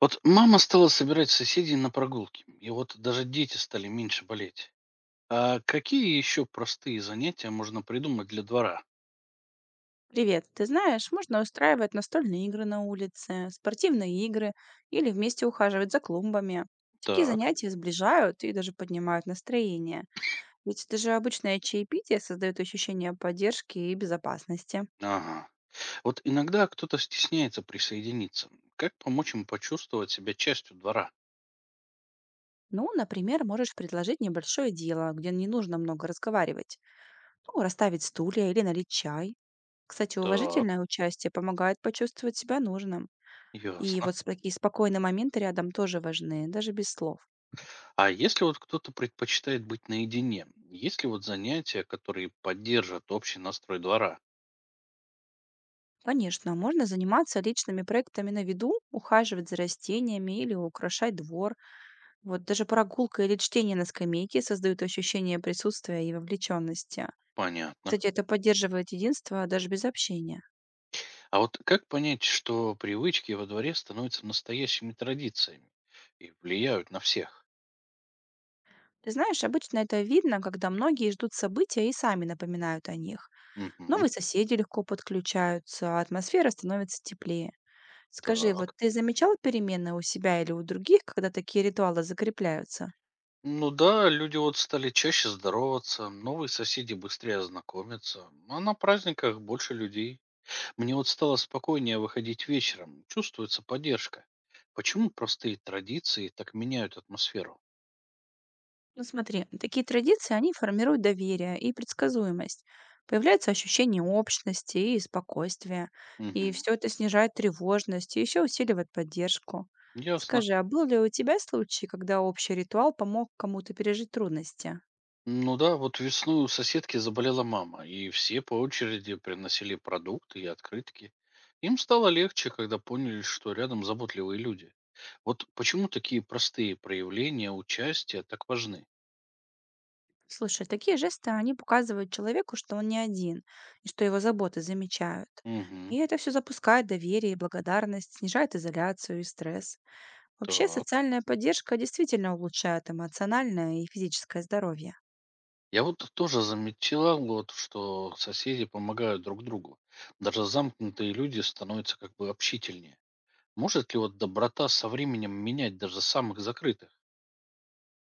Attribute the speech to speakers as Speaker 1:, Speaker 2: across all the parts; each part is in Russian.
Speaker 1: Вот мама стала собирать соседей на прогулки, и вот даже дети стали меньше болеть. А какие еще простые занятия можно придумать для двора?
Speaker 2: Привет. Ты знаешь, можно устраивать настольные игры на улице, спортивные игры или вместе ухаживать за клумбами. Такие
Speaker 1: Так,
Speaker 2: занятия сближают и даже поднимают настроение. Ведь даже обычное чаепитие создает ощущение поддержки и безопасности.
Speaker 1: ага. Вот иногда кто-то стесняется присоединиться. Как помочь им почувствовать себя частью двора?
Speaker 2: Ну, например, можешь предложить небольшое дело, где не нужно много разговаривать. Ну, расставить стулья или налить чай. Кстати,
Speaker 1: Так,
Speaker 2: уважительное участие помогает почувствовать себя нужным. И
Speaker 1: ясно.
Speaker 2: вот такие спокойные моменты рядом тоже важны, даже без слов.
Speaker 1: А если вот кто-то предпочитает быть наедине, есть ли вот занятия, которые поддержат общий настрой двора?
Speaker 2: Конечно, можно заниматься личными проектами на виду, ухаживать за растениями или украшать двор. Вот даже прогулка или чтение на скамейке создают ощущение присутствия и вовлеченности.
Speaker 1: Понятно.
Speaker 2: Кстати, это поддерживает единство даже без общения.
Speaker 1: А вот как понять, что привычки во дворе становятся настоящими традициями и влияют на всех?
Speaker 2: Ты знаешь, обычно это видно, когда многие ждут события и сами напоминают о них.
Speaker 1: Угу,
Speaker 2: Новые соседи легко подключаются, а атмосфера становится теплее. Скажи, вот
Speaker 1: так.
Speaker 2: ты замечал перемены у себя или у других, когда такие ритуалы закрепляются?
Speaker 1: Ну да, люди вот стали чаще здороваться, новые соседи быстрее ознакомятся, а на праздниках больше людей. Мне вот стало спокойнее выходить вечером, чувствуется поддержка. Почему простые традиции так меняют атмосферу?
Speaker 2: Ну смотри, такие традиции, они формируют доверие и предсказуемость. Появляется ощущение общности и спокойствия. И
Speaker 1: Угу,
Speaker 2: все это снижает тревожность и еще усиливает поддержку.
Speaker 1: ясно.
Speaker 2: Скажи, а был ли у тебя случай, когда общий ритуал помог кому-то пережить трудности?
Speaker 1: Ну да, вот весной у соседки заболела мама, и все по очереди приносили продукты и открытки. Им стало легче, когда поняли, что рядом заботливые люди. Вот почему такие простые проявления участия так важны?
Speaker 2: Слушай, такие жесты, они показывают человеку, что он не один, и что его заботы замечают. И
Speaker 1: Угу,
Speaker 2: это все запускает доверие и благодарность, снижает изоляцию и стресс. Вообще,
Speaker 1: так.
Speaker 2: социальная поддержка действительно улучшает эмоциональное и физическое здоровье.
Speaker 1: Я вот тоже заметила, вот, что соседи помогают друг другу. Даже замкнутые люди становятся как бы общительнее. Может ли вот доброта со временем менять даже самых закрытых?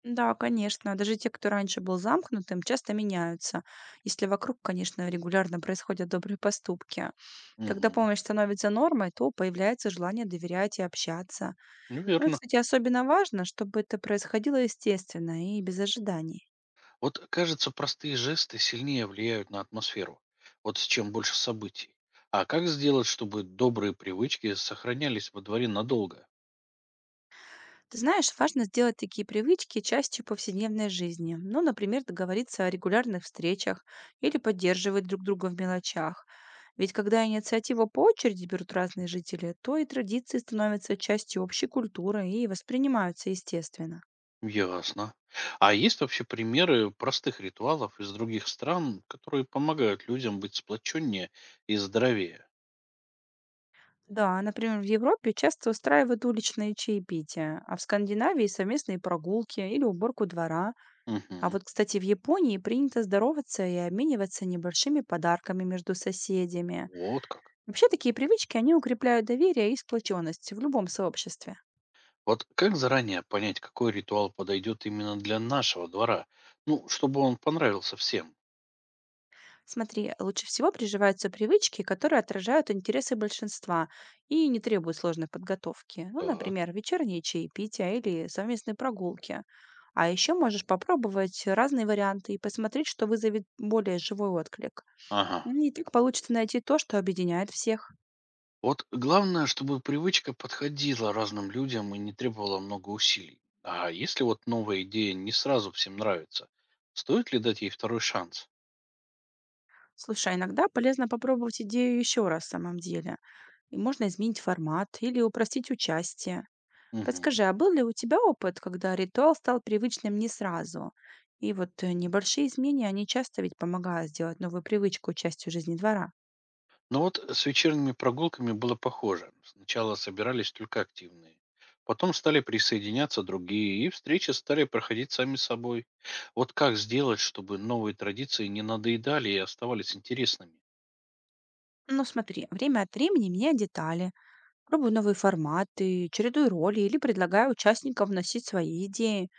Speaker 2: Да, конечно, даже те, кто раньше был замкнутым, часто меняются, если вокруг, конечно, регулярно происходят добрые поступки. Когда
Speaker 1: Угу,
Speaker 2: помощь становится нормой, то появляется желание доверять и общаться. Ну и,
Speaker 1: верно.
Speaker 2: кстати, особенно важно, чтобы это происходило естественно и без ожиданий.
Speaker 1: Вот, кажется, простые жесты сильнее влияют на атмосферу, вот с чем больше событий. А как сделать, чтобы добрые привычки сохранялись во дворе надолго?
Speaker 2: Ты знаешь, важно сделать такие привычки частью повседневной жизни. Ну, например, договориться о регулярных встречах или поддерживать друг друга в мелочах. Ведь когда инициативу по очереди берут разные жители, то и традиции становятся частью общей культуры и воспринимаются естественно.
Speaker 1: Ясно. А есть вообще примеры простых ритуалов из других стран, которые помогают людям быть сплоченнее и здоровее?
Speaker 2: Да, например, в Европе часто устраивают уличные чаепития, а в Скандинавии совместные прогулки или уборку двора. А
Speaker 1: Мгм.
Speaker 2: вот, кстати, в Японии принято здороваться и обмениваться небольшими подарками между соседями.
Speaker 1: Вот как.
Speaker 2: Вообще такие привычки, они укрепляют доверие и сплоченность в любом сообществе.
Speaker 1: Вот как заранее понять, какой ритуал подойдет именно для нашего двора? Ну, чтобы он понравился всем.
Speaker 2: Смотри, лучше всего приживаются привычки, которые отражают интересы большинства и не требуют сложной подготовки. Ну,
Speaker 1: Так.
Speaker 2: например, вечерние чаепития или совместные прогулки. А еще можешь попробовать разные варианты и посмотреть, что вызовет более живой отклик.
Speaker 1: Ага.
Speaker 2: Ну и так получится найти то, что объединяет всех.
Speaker 1: Вот главное, чтобы привычка подходила разным людям и не требовала много усилий. А если вот новая идея не сразу всем нравится, стоит ли дать ей второй шанс?
Speaker 2: Слушай, а иногда полезно попробовать идею еще раз в самом деле. И можно изменить формат или упростить участие.
Speaker 1: Мгм.
Speaker 2: Подскажи, а был ли у тебя опыт, когда ритуал стал привычным не сразу? И вот небольшие изменения, они часто ведь помогают сделать новую привычку частью жизни двора.
Speaker 1: Но вот с вечерними прогулками было похоже. Сначала собирались только активные. Потом стали присоединяться другие, и встречи стали проходить сами собой. Вот как сделать, чтобы новые традиции не надоедали и оставались интересными?
Speaker 2: Ну смотри, время от времени меняй детали, пробую новые форматы, чередую роли или предлагаю участникам вносить свои идеи.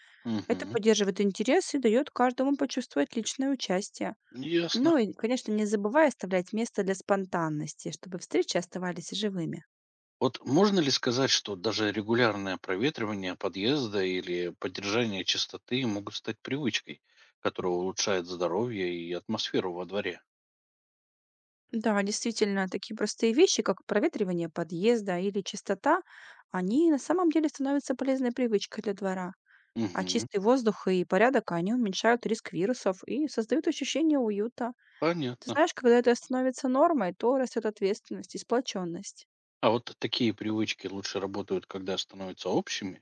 Speaker 2: Это
Speaker 1: Мгм.
Speaker 2: поддерживает интерес и дает каждому почувствовать личное участие.
Speaker 1: Ясно.
Speaker 2: Ну и, конечно, не забывай оставлять место для спонтанности, чтобы встречи оставались живыми.
Speaker 1: Вот можно ли сказать, что даже регулярное проветривание подъезда или поддержание чистоты могут стать привычкой, которая улучшает здоровье и атмосферу во дворе?
Speaker 2: Да, действительно, такие простые вещи, как проветривание подъезда или чистота, они на самом деле становятся полезной привычкой для двора. А
Speaker 1: Угу,
Speaker 2: чистый воздух и порядок, они уменьшают риск вирусов и создают ощущение уюта. Ты
Speaker 1: понятно.
Speaker 2: знаешь, когда это становится нормой, то растет ответственность и сплоченность.
Speaker 1: А вот такие привычки лучше работают, когда становятся общими.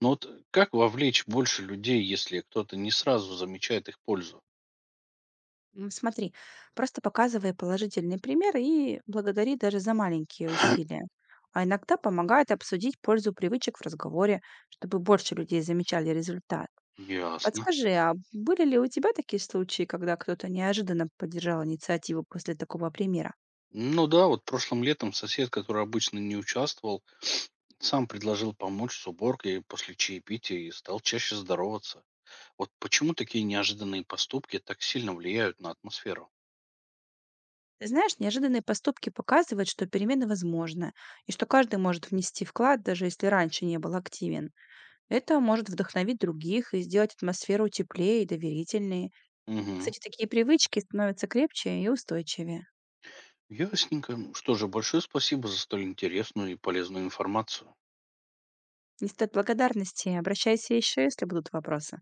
Speaker 1: Но вот как вовлечь больше людей, если кто-то не сразу замечает их пользу?
Speaker 2: Смотри, просто показывай положительный пример и благодари даже за маленькие усилия. А иногда помогает обсудить пользу привычек в разговоре, чтобы больше людей замечали результат.
Speaker 1: Ясно.
Speaker 2: Подскажи, а были ли у тебя такие случаи, когда кто-то неожиданно поддержал инициативу после такого примера?
Speaker 1: Ну да, вот прошлым летом сосед, который обычно не участвовал, сам предложил помочь с уборкой после чаепития и стал чаще здороваться. Вот почему такие неожиданные поступки так сильно влияют на атмосферу?
Speaker 2: Ты знаешь, неожиданные поступки показывают, что перемены возможны, и что каждый может внести вклад, даже если раньше не был активен. Это может вдохновить других и сделать атмосферу теплее и доверительнее.
Speaker 1: Угу.
Speaker 2: Кстати, такие привычки становятся крепче и устойчивее.
Speaker 1: Ясненько. Ну что же, большое спасибо за столь интересную и полезную информацию.
Speaker 2: Не стоит благодарности, обращайся еще, если будут вопросы.